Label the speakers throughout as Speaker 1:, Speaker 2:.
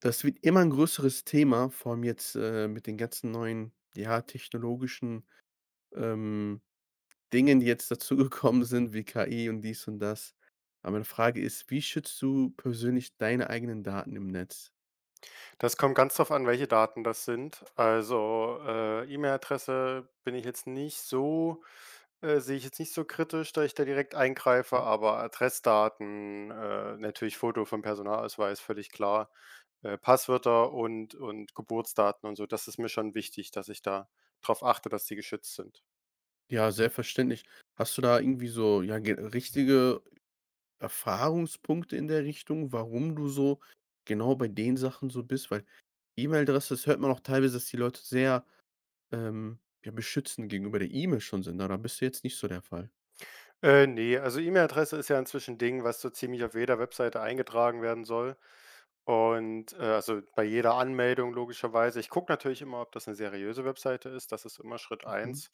Speaker 1: Das wird immer ein größeres Thema, vor allem jetzt, mit den ganzen neuen, ja, technologischen, ähm, Dingen, die jetzt dazugekommen sind, wie KI und dies und das. Aber meine Frage ist, wie schützt du persönlich deine eigenen Daten im Netz?
Speaker 2: Das kommt ganz drauf an, welche Daten das sind. Also, E-Mail-Adresse bin ich jetzt nicht so sehe ich jetzt nicht so kritisch, da ich da direkt eingreife,
Speaker 1: Okay.
Speaker 2: aber Adressdaten, natürlich Foto vom Personalausweis, völlig klar, Passwörter und Geburtsdaten und so, das ist mir schon wichtig, dass ich da drauf achte, dass die geschützt sind.
Speaker 1: Ja, selbstverständlich. Hast du da irgendwie so, ja, ge richtige Erfahrungspunkte in der Richtung, warum du so genau bei den Sachen so bist? Weil E-Mail-Adresse, das hört man auch teilweise, dass die Leute sehr ja, beschützen gegenüber der E-Mail schon sind. Na, da bist du jetzt nicht so der Fall.
Speaker 2: Ne, also E-Mail-Adresse ist ja inzwischen 'n Ding, was so ziemlich auf jeder Webseite eingetragen werden soll und, also bei jeder Anmeldung logischerweise. Ich gucke natürlich immer, ob das eine seriöse Webseite ist, das ist immer Schritt
Speaker 1: Mhm.
Speaker 2: eins.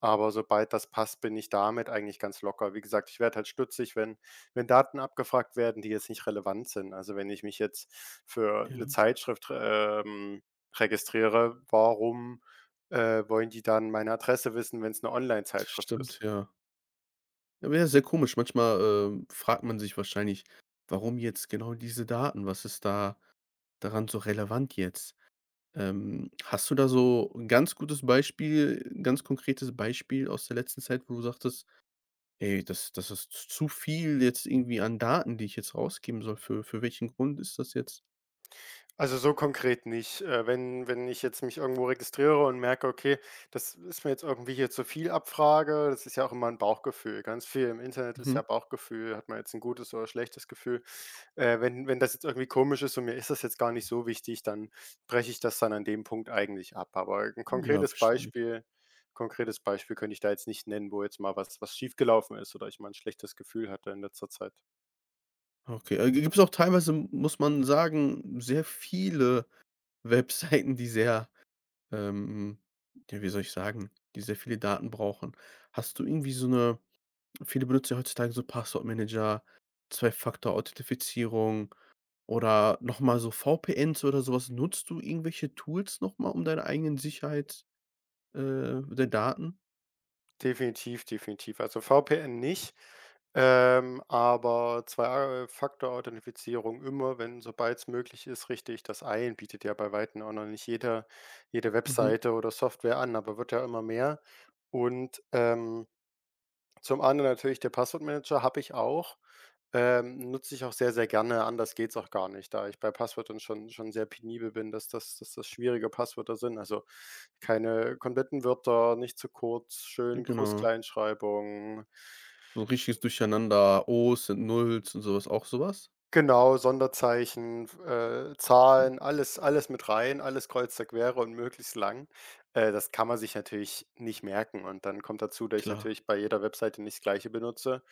Speaker 2: Aber sobald das passt, bin ich damit eigentlich ganz locker. Wie gesagt, ich werde halt stutzig, wenn Daten abgefragt werden, die jetzt nicht relevant sind. Also, wenn ich mich jetzt für eine
Speaker 1: Ja,
Speaker 2: Zeitschrift, registriere, warum wollen die dann meine Adresse wissen, wenn es eine
Speaker 1: das
Speaker 2: Online-Zeitschrift
Speaker 1: stimmt,
Speaker 2: ist?
Speaker 1: ja. Aber ja, sehr komisch. Manchmal, fragt man sich wahrscheinlich: „Warum jetzt genau diese Daten? Was ist da daran so relevant jetzt?“ hast du da so ein ganz gutes Beispiel, ein ganz konkretes Beispiel aus der letzten Zeit, wo du sagtest: „Ey, das ist zu viel jetzt irgendwie an Daten, die ich jetzt rausgeben soll. Für welchen Grund ist das jetzt?“
Speaker 2: Also, so konkret nicht. Wenn ich jetzt mich irgendwo registriere und merke: „Okay, das ist mir jetzt irgendwie hier zu viel Abfrage“, das ist ja auch immer ein Bauchgefühl. Ganz viel im Internet ist
Speaker 1: Mhm.
Speaker 2: ja Bauchgefühl, hat man jetzt ein gutes oder schlechtes Gefühl. Wenn das jetzt irgendwie komisch ist und mir ist das jetzt gar nicht so wichtig, dann breche ich das dann an dem Punkt eigentlich ab. Aber ein
Speaker 1: Ja,
Speaker 2: konkretes
Speaker 1: verständlich.
Speaker 2: Beispiel konkretes Beispiel könnte ich da jetzt nicht nennen, wo jetzt mal was schiefgelaufen ist oder ich mal ein schlechtes Gefühl hatte in letzter Zeit.
Speaker 1: Okay, gibt es auch teilweise, muss man sagen, sehr viele Webseiten, die sehr, ähm ja, wie soll ich sagen, die sehr viele Daten brauchen. Hast du irgendwie so eine, viele benutzen ja heutzutage so Passwortmanager, Zwei-Faktor-Authentifizierung oder noch mal so VPNs oder sowas? Nutzt du irgendwelche Tools noch mal, um deine eigenen Sicherheit, der Daten?
Speaker 2: Definitiv, definitiv. Also, VPN nicht, aber Zwei-Faktor-Authentifizierung immer, wenn sobald es möglich ist, richtig. Das ein bietet ja bei Weitem auch noch nicht jede
Speaker 1: Mhm,
Speaker 2: Webseite oder Software an, aber wird ja immer mehr und, zum anderen natürlich der Passwortmanager habe ich auch. Nutze ich auch sehr, sehr gerne, anders geht's auch gar nicht, da ich bei Passwörtern schon sehr penibel bin, dass dass das schwierige Passwörter sind. Also, keine kompletten Wörter, nicht zu kurz, schön
Speaker 1: genau.
Speaker 2: Groß-Kleinschreibung.
Speaker 1: So 'n richtiges Durcheinander, O's und Nulls und sowas? Auch sowas?
Speaker 2: Genau, Sonderzeichen, f
Speaker 1: Mhm,
Speaker 2: Zahlen, alles mit rein, alles kreuz und quer und möglichst lang. Das kann man sich natürlich nicht merken und dann kommt dazu, dass ich
Speaker 1: klar,
Speaker 2: natürlich bei jeder Webseite nicht das Gleiche benutze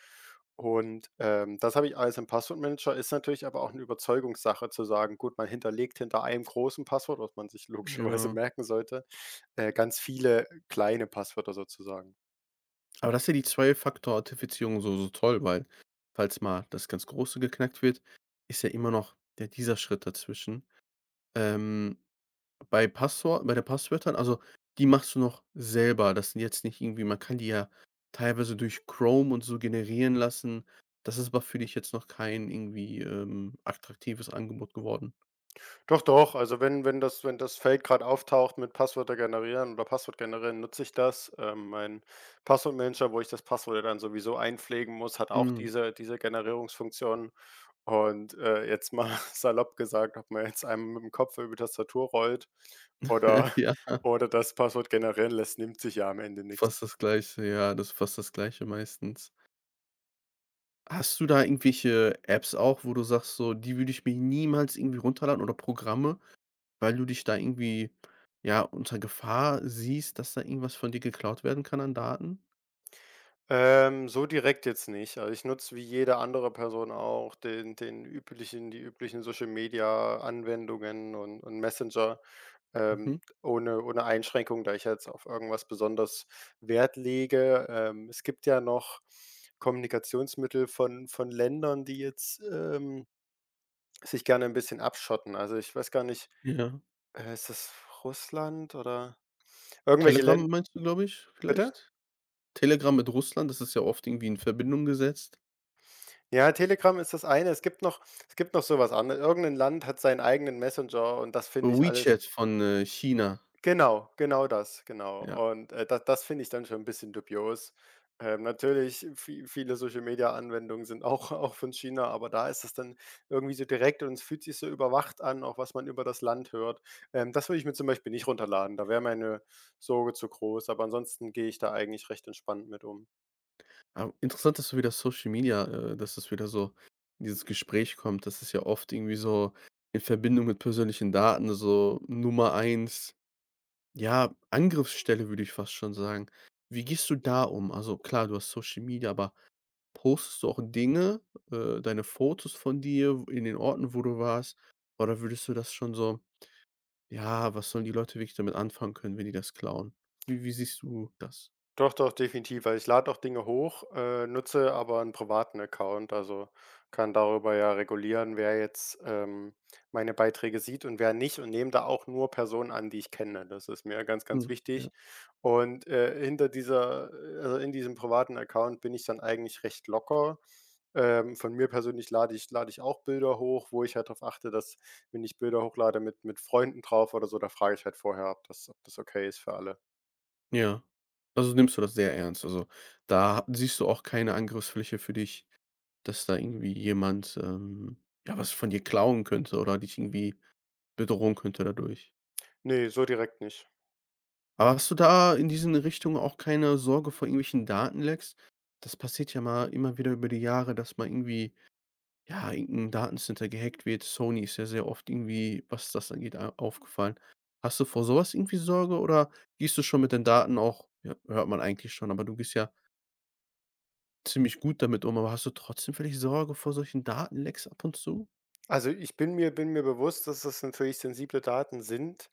Speaker 2: und, das habe ich alles im Passwortmanager, ist natürlich aber auch eine Überzeugungssache zu sagen: „Gut, man hinterlegt hinter einem großen Passwort, was man sich logischerweise
Speaker 1: genau.
Speaker 2: merken sollte, ganz viele kleine Passwörter sozusagen.“
Speaker 1: Aber das ist ja die Zwei-Faktor-Authentifizierung so so toll, weil falls mal das ganz Große geknackt wird, ist ja immer noch der dieser Schritt dazwischen. Ähm, bei der Passwörtern, also, die machst du noch selber. Das sind jetzt nicht irgendwie, man kann die ja teilweise durch Chrome und so generieren lassen. Das ist aber für dich jetzt noch kein irgendwie, attraktives Angebot geworden?
Speaker 2: Doch, doch, also wenn das Feld gerade auftaucht mit Passwörter generieren oder Passwort generieren, nutze ich das. Mein Passwortmanager, wo ich das Passwort ja dann sowieso einpflegen muss, hat auch
Speaker 1: Mhm.
Speaker 2: diese Generierungsfunktion. Und, jetzt mal salopp gesagt, ob man jetzt einmal mit dem Kopf über die Tastatur rollt oder
Speaker 1: Ja,
Speaker 2: oder das Passwort generieren lässt, nimmt sich ja am Ende
Speaker 1: fast
Speaker 2: nichts.
Speaker 1: das Gleiche, ja, das ist fast das Gleiche meistens. Hast du da irgendwelche Apps auch, wo du sagst, so, die würde ich mir niemals irgendwie runterladen, oder Programme, weil du dich da irgendwie, ja, unter Gefahr siehst, dass da irgendwas von dir geklaut werden kann an Daten?
Speaker 2: So direkt jetzt nicht. Also, ich nutze wie jede andere Person auch den üblichen die üblichen Social-Media-Anwendungen und Messenger.
Speaker 1: Mhm.
Speaker 2: Ohne Einschränkung, da ich jetzt auf irgendwas besonders Wert lege. Es gibt ja noch Kommunikationsmittel von Ländern, die jetzt, sich gerne ein bisschen abschotten. Also, ich weiß gar nicht,
Speaker 1: Ja.
Speaker 2: ist das Russland oder irgendwelche
Speaker 1: Telegram
Speaker 2: Länder?
Speaker 1: meinst du, glaube ich,
Speaker 2: Bitte?
Speaker 1: vielleicht? Telegram mit Russland, das ist ja oft irgendwie in Verbindung gesetzt.
Speaker 2: Ja, Telegram ist das eine. Es gibt noch sowas anderes. Irgendein Land hat seinen eigenen Messenger und das finde ich alles.
Speaker 1: WeChat von, China,
Speaker 2: Genau, genau das, genau.
Speaker 1: ja.
Speaker 2: Und, da das finde ich dann schon ein bisschen dubios. Natürlich, viele Social-Media-Anwendungen sind auch auch von China, aber da ist es dann irgendwie so direkt und es fühlt sich so überwacht an, auch was man über das Land hört. Das würde ich mir zum Beispiel nicht runterladen, da wäre meine Sorge zu groß, aber ansonsten gehe ich da eigentlich recht entspannt mit um.
Speaker 1: Aber interessant, dass du wieder Social Media, dass das wieder so in dieses Gespräch kommt. Das ist ja oft irgendwie so in Verbindung mit persönlichen Daten, so Nummer eins. Ja, Angriffsstelle würde ich fast schon sagen. Wie gehst du da um? Also klar, du hast Social Media, aber postest du auch Dinge, deine Fotos von dir in den Orten, wo du warst? Oder würdest du das schon so, ja, was sollen die Leute wirklich damit anfangen können, wenn die das klauen? Wie siehst du das?
Speaker 2: Doch, doch, definitiv. Also, ich lade auch Dinge hoch, nutze aber einen privaten Account, also, kann darüber ja regulieren, wer jetzt, meine Beiträge sieht und wer nicht und nehme da auch nur Personen an, die ich kenne. Das ist mir ganz, ganz
Speaker 1: Hm, ja.
Speaker 2: wichtig. Und, hinter dieser also, in diesem privaten Account bin ich dann eigentlich recht locker. Von mir persönlich lade ich auch Bilder hoch, wo ich halt drauf achte, dass wenn ich Bilder hochlade mit Freunden drauf oder so, da frage ich halt vorher ab, ob das okay ist für alle.
Speaker 1: Ja. Also nimmst du das sehr ernst. Also da siehst du auch keine Angriffsfläche für dich, dass da irgendwie jemand ja, was von dir klauen könnte oder dich irgendwie bedrohen könnte dadurch.
Speaker 2: Nee, so direkt nicht.
Speaker 1: Aber hast du da in diesen Richtungen auch keine Sorge vor irgendwelchen Datenlecks? Das passiert ja mal immer wieder über die Jahre, dass mal irgendwie, ja, irgend Datencenter gehackt wird. Sony ist ja sehr oft irgendwie, was das angeht, a aufgefallen. Hast du vor so was irgendwie Sorge, oder gehst du schon mit den Daten auch, ja, hört man eigentlich schon, aber du gehst ja ziemlich gut damit um, aber hast du trotzdem vielleicht Sorge vor solchen Datenlecks ab und zu?
Speaker 2: Also, ich bin mir bewusst, dass das natürlich sensible Daten sind,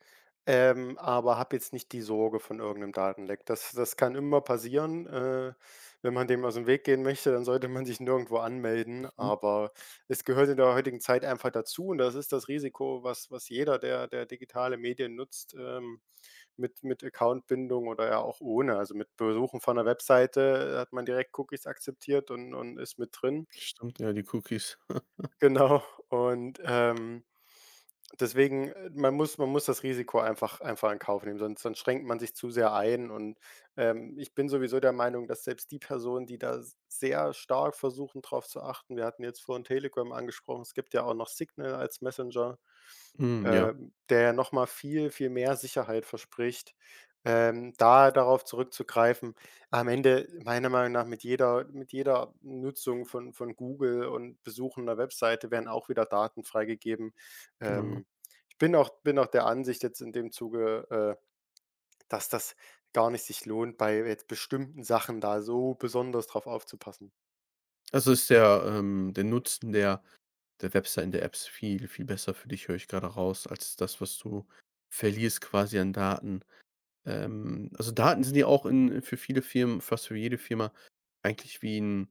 Speaker 2: aber habe jetzt nicht die Sorge von irgendeinem Datenleck. Das kann immer passieren. Wenn man dem aus dem Weg gehen möchte, dann sollte man sich nirgendwo anmelden,
Speaker 1: Mhm.
Speaker 2: aber es gehört in der heutigen Zeit einfach dazu und das ist das Risiko, was jeder, der digitale Medien nutzt, mit Accountbindung oder ja auch ohne, also, mit Besuchen von einer Webseite hat man direkt Cookies akzeptiert und ist mit drin.
Speaker 1: Stimmt, ja, die Cookies.
Speaker 2: Genau und, deswegen, man muss das Risiko einfach in Kauf nehmen, sonst schränkt man sich zu sehr ein und, ich bin sowieso der Meinung, dass selbst die Personen, die da s sehr stark versuchen, drauf zu achten, wir hatten jetzt vorhin Telegram angesprochen, es gibt ja auch noch Signal als Messenger,
Speaker 1: Mhm, ja,
Speaker 2: der ja noch mal viel, viel mehr Sicherheit verspricht, da darauf zurückzugreifen, am Ende meiner Meinung nach mit jeder Nutzung von Google und Besuchen einer Webseite werden auch wieder Daten freigegeben.
Speaker 1: genau.
Speaker 2: Ähm, ich bin auch der Ansicht jetzt in dem Zuge, dass das gar nicht sich lohnt, bei jetzt bestimmten Sachen da so besonders drauf aufzupassen.
Speaker 1: Also, ist der der Nutzen der, der Webseiten, der Apps viel, viel besser für dich, höre ich gerade raus, als das, was du verlierst quasi an Daten. Also, Daten sind ja auch in für viele Firmen, fast für jede Firma eigentlich wie ein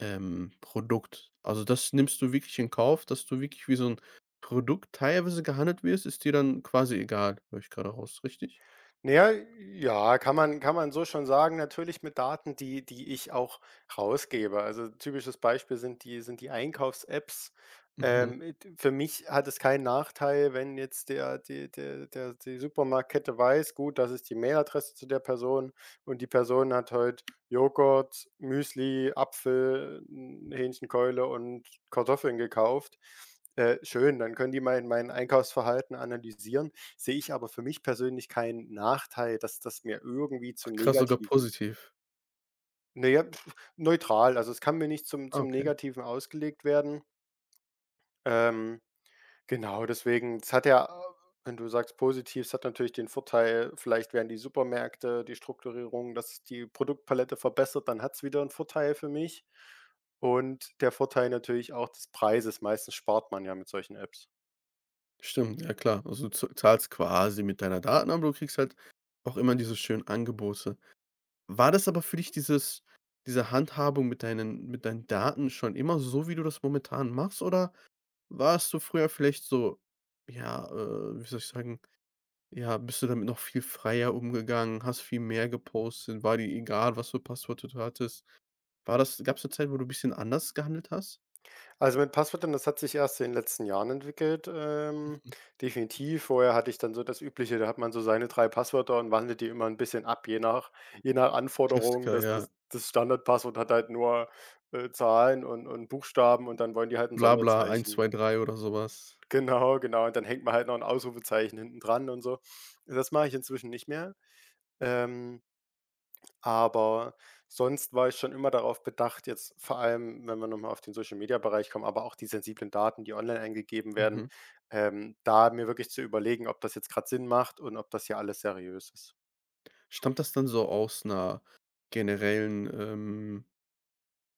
Speaker 1: Produkt. Also, das nimmst du wirklich in Kauf, dass du wirklich wie so ein Produkt teilweise gehandelt wirst, ist dir dann quasi egal, höre ich gerade raus, richtig?
Speaker 2: Na ja, ja, kann man so schon sagen, natürlich mit Daten, die ich auch rausgebe. Also, typisches Beispiel sind die Einkaufs-Apps.
Speaker 1: Mhm.
Speaker 2: D für mich hat es keinen Nachteil, wenn jetzt der die der der die Supermarktkette weiß: „Gut, das ist die Mailadresse zu der Person und die Person hat heute Joghurt, Müsli, Apfel, 'n Hähnchenkeule und Kartoffeln gekauft.“ schön, dann können die mein Einkaufsverhalten analysieren. Sehe ich aber für mich persönlich keinen Nachteil, dass das mir irgendwie zum
Speaker 1: Ach krass, sogar
Speaker 2: Negativen,
Speaker 1: positiv.
Speaker 2: na ja, neutral. Also, es kann mir nicht zum
Speaker 1: Ah, okay.
Speaker 2: Negativen ausgelegt werden. Ähm, genau, deswegen es hat ja wenn du sagst positiv, es hat natürlich den Vorteil, vielleicht werden die Supermärkte, die Strukturierung, dass die Produktpalette verbessert, dann hat es wieder einen Vorteil für mich. Und der Vorteil natürlich auch des Preises. Meistens spart man ja mit solchen Apps.
Speaker 1: Stimmt, ja klar. Also, du z zahlst quasi mit deiner Daten, aber du kriegst halt auch immer diese schönen Angebote. War das aber für dich dieses, diese Handhabung mit deinen, mit deinen Daten schon immer so, wie du das momentan machst, oder warst du früher vielleicht so, ja, wie soll ich sagen, ja, bist du damit noch viel freier umgegangen, hast viel mehr gepostet, war dir egal, was für Passwörter du hattest? War das gab es eine Zeit, wo du ein bisschen anders gehandelt hast?
Speaker 2: Also, mit Passwörtern, das hat sich erst in den letzten Jahren entwickelt,
Speaker 1: Mhm.
Speaker 2: definitiv. Vorher hatte ich dann so das Übliche, da hat man so seine 3 Passwörter und wandelt die immer ein bisschen ab, je nach Anforderung.
Speaker 1: Klassiker,
Speaker 2: Das
Speaker 1: ja.
Speaker 2: das das Standardpasswort hat halt nur, Zahlen und Buchstaben und dann wollen die halt ein
Speaker 1: Blabla, eins,
Speaker 2: Sonderzeichen.
Speaker 1: zwei, drei oder sowas.
Speaker 2: Genau, genau. Und dann hängt man halt noch ein Ausrufezeichen hinten dran und so. Das mache ich inzwischen nicht mehr. Ähm aber Sonst war ich schon immer darauf bedacht, jetzt vor allem, wenn wir noch mal auf den Social-Media-Bereich kommen, aber auch die sensiblen Daten, die online eingegeben werden,
Speaker 1: Mhm.
Speaker 2: da mir wirklich zu überlegen, ob das jetzt gerade Sinn macht und ob das hier alles seriös ist.
Speaker 1: Stammt das dann so aus einer generellen,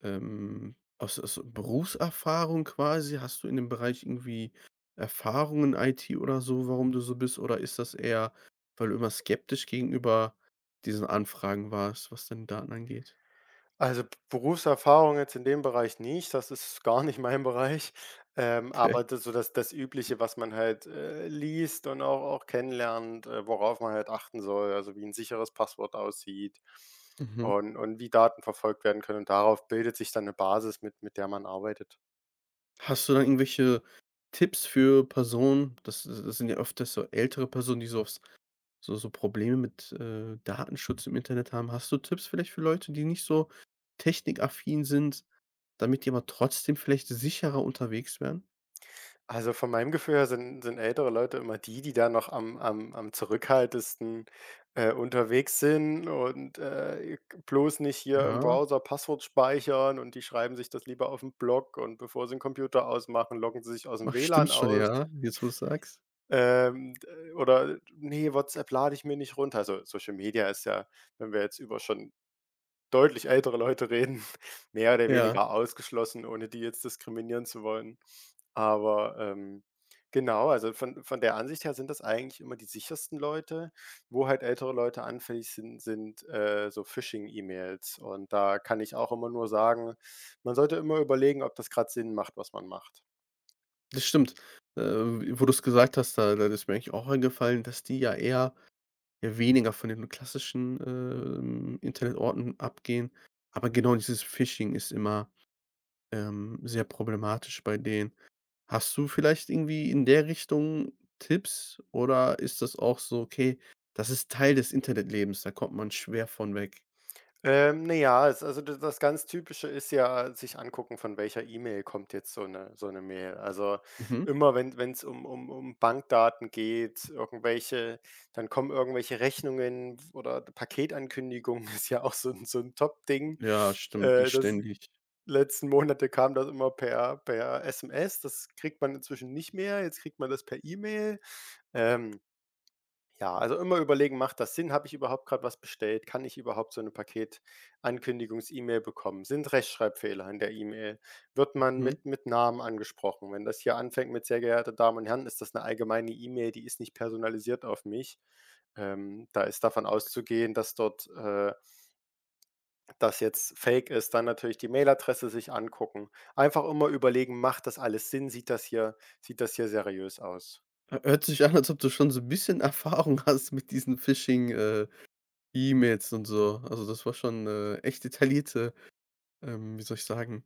Speaker 1: Aus Berufserfahrung quasi? Hast du in dem Bereich irgendwie Erfahrungen in IT oder so, warum du so bist? Oder ist das eher, weil du immer skeptisch gegenüber diesen Anfragen warst, was deine Daten angeht?
Speaker 2: Also, B Berufserfahrung jetzt in dem Bereich nicht, das ist gar nicht mein Bereich.
Speaker 1: Okay.
Speaker 2: Aber das so das Übliche, was man halt, liest und auch kennenlernt, worauf man halt achten soll, also wie ein sicheres Passwort aussieht
Speaker 1: Mhm.
Speaker 2: und wie Daten verfolgt werden können. Und darauf bildet sich dann eine Basis, mit der man arbeitet.
Speaker 1: Hast du dann irgendwelche Tipps für Personen? Das, das sind ja öfters so ältere Personen, die so aufs, so Probleme mit, Datenschutz im Internet haben. Hast du Tipps vielleicht für Leute, die nicht so technikaffin sind, damit die aber trotzdem vielleicht sicherer unterwegs wären?
Speaker 2: Also, von meinem Gefühl her sind ältere Leute immer die, die da noch am zurückhaltendsten, unterwegs sind und, bloß nicht hier im
Speaker 1: Ja,
Speaker 2: Browser Passwort speichern und die schreiben sich das lieber auf den Blog und bevor sie den Computer ausmachen, loggen sie sich aus aus'm
Speaker 1: ach,
Speaker 2: WLAN
Speaker 1: stimmt schon,
Speaker 2: aus.
Speaker 1: ja, jetzt, wo du sagst.
Speaker 2: D Oder: „Nee, WhatsApp lade ich mir nicht runter.“ Also, Social Media ist ja, wenn wir jetzt über schon deutlich ältere Leute reden, mehr oder
Speaker 1: Ja,
Speaker 2: weniger ausgeschlossen, ohne die jetzt diskriminieren zu wollen. Aber, genau, also von der Ansicht her sind das eigentlich immer die sichersten Leute. Wo halt ältere Leute anfällig sind, sind, so Phishing-E-Mails und da kann ich auch immer nur sagen, man sollte immer überlegen, ob das gerade Sinn macht, was man macht.
Speaker 1: das stimmt. W wo du's gesagt hast, da ist mir eigentlich auch eingefallen, dass die ja eher, ja, weniger von den klassischen, Internetorten abgehen. Aber genau dieses Phishing ist immer, sehr problematisch bei denen. Hast du vielleicht irgendwie in der Richtung Tipps, oder ist das auch so: „Okay, das ist Teil des Internetlebens, da kommt man schwer von weg?“
Speaker 2: Na ja, also d das ganz Typische ist ja, sich angucken, von welcher E-Mail kommt jetzt so eine Mail. Also,
Speaker 1: Mhm.
Speaker 2: immer wenn es um Bankdaten geht, irgendwelche, dann kommen irgendwelche Rechnungen oder Paketankündigungen, ist ja auch so ein Top-Ding.
Speaker 1: Ja, stimmt, die
Speaker 2: Das
Speaker 1: ständig.
Speaker 2: letzten Monate kam das immer per SMS, das kriegt man inzwischen nicht mehr, jetzt kriegt man das per E-Mail. Ähm ja, also immer überlegen, macht das Sinn? Habe ich überhaupt gerade was bestellt? Kann ich überhaupt so eine Paketankündigungs-E-Mail bekommen? Sind Rechtschreibfehler in der E-Mail? Wird man
Speaker 1: Mhm.
Speaker 2: mit Namen angesprochen? Wenn das hier anfängt mit „sehr geehrte Damen und Herren“, ist das eine allgemeine E-Mail, die ist nicht personalisiert auf mich. Da ist davon auszugehen, dass dort, das jetzt Fake ist. Dann natürlich die Mailadresse sich angucken. Einfach immer überlegen, macht das alles Sinn? Sieht das hier seriös aus?
Speaker 1: Hört sich an, als ob du schon so ein bisschen Erfahrung hast mit diesen Phishing, E-Mails und so. Also, das war schon, echt detaillierte, wie soll ich sagen,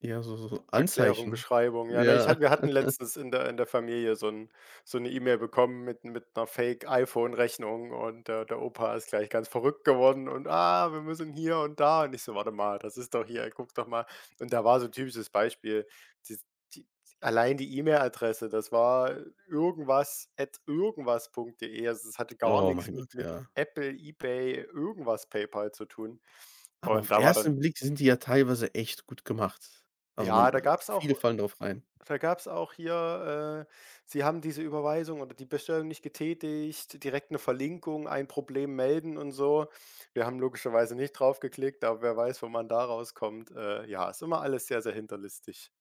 Speaker 1: ja, so so
Speaker 2: Erklärung,
Speaker 1: Anzeichen.
Speaker 2: Beschreibung. Ja, ne,
Speaker 1: Ja.
Speaker 2: wir hatten letztens in der Familie so ein eine E-Mail bekommen mit einer Fake-iPhone-Rechnung und der Opa ist gleich ganz verrückt geworden und: „Ah, wir müssen hier und da.“ Und ich so: „Warte mal, das ist doch hier, guck doch mal.“ Und da war so 'n typisches Beispiel. Die die Allein die E-Mail-Adresse, das war irgendwas at irgendwas.de. Also, es hatte gar
Speaker 1: Oh
Speaker 2: nichts
Speaker 1: mein
Speaker 2: mit
Speaker 1: Gott, ja.
Speaker 2: Apple, eBay, irgendwas PayPal zu tun.
Speaker 1: Aber auf
Speaker 2: Und da war
Speaker 1: ersten
Speaker 2: dann,
Speaker 1: Blick sind die ja teilweise echt gut gemacht. Also,
Speaker 2: ja,
Speaker 1: man viele fallen drauf rein.
Speaker 2: da gab's auch hier, sie haben diese Überweisung oder die Bestellung nicht getätigt, direkt eine Verlinkung, ein Problem melden und so. Wir haben logischerweise nicht drauf geklickt, aber wer weiß, wo man da rauskommt. Ja, ist immer alles sehr, sehr hinterlistig.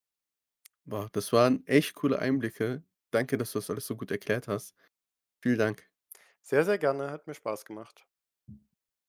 Speaker 1: Boah, das waren echt coole Einblicke. Danke, dass du das alles so gut erklärt hast. Vielen Dank.
Speaker 2: Sehr, sehr gerne, hat mir Spaß gemacht.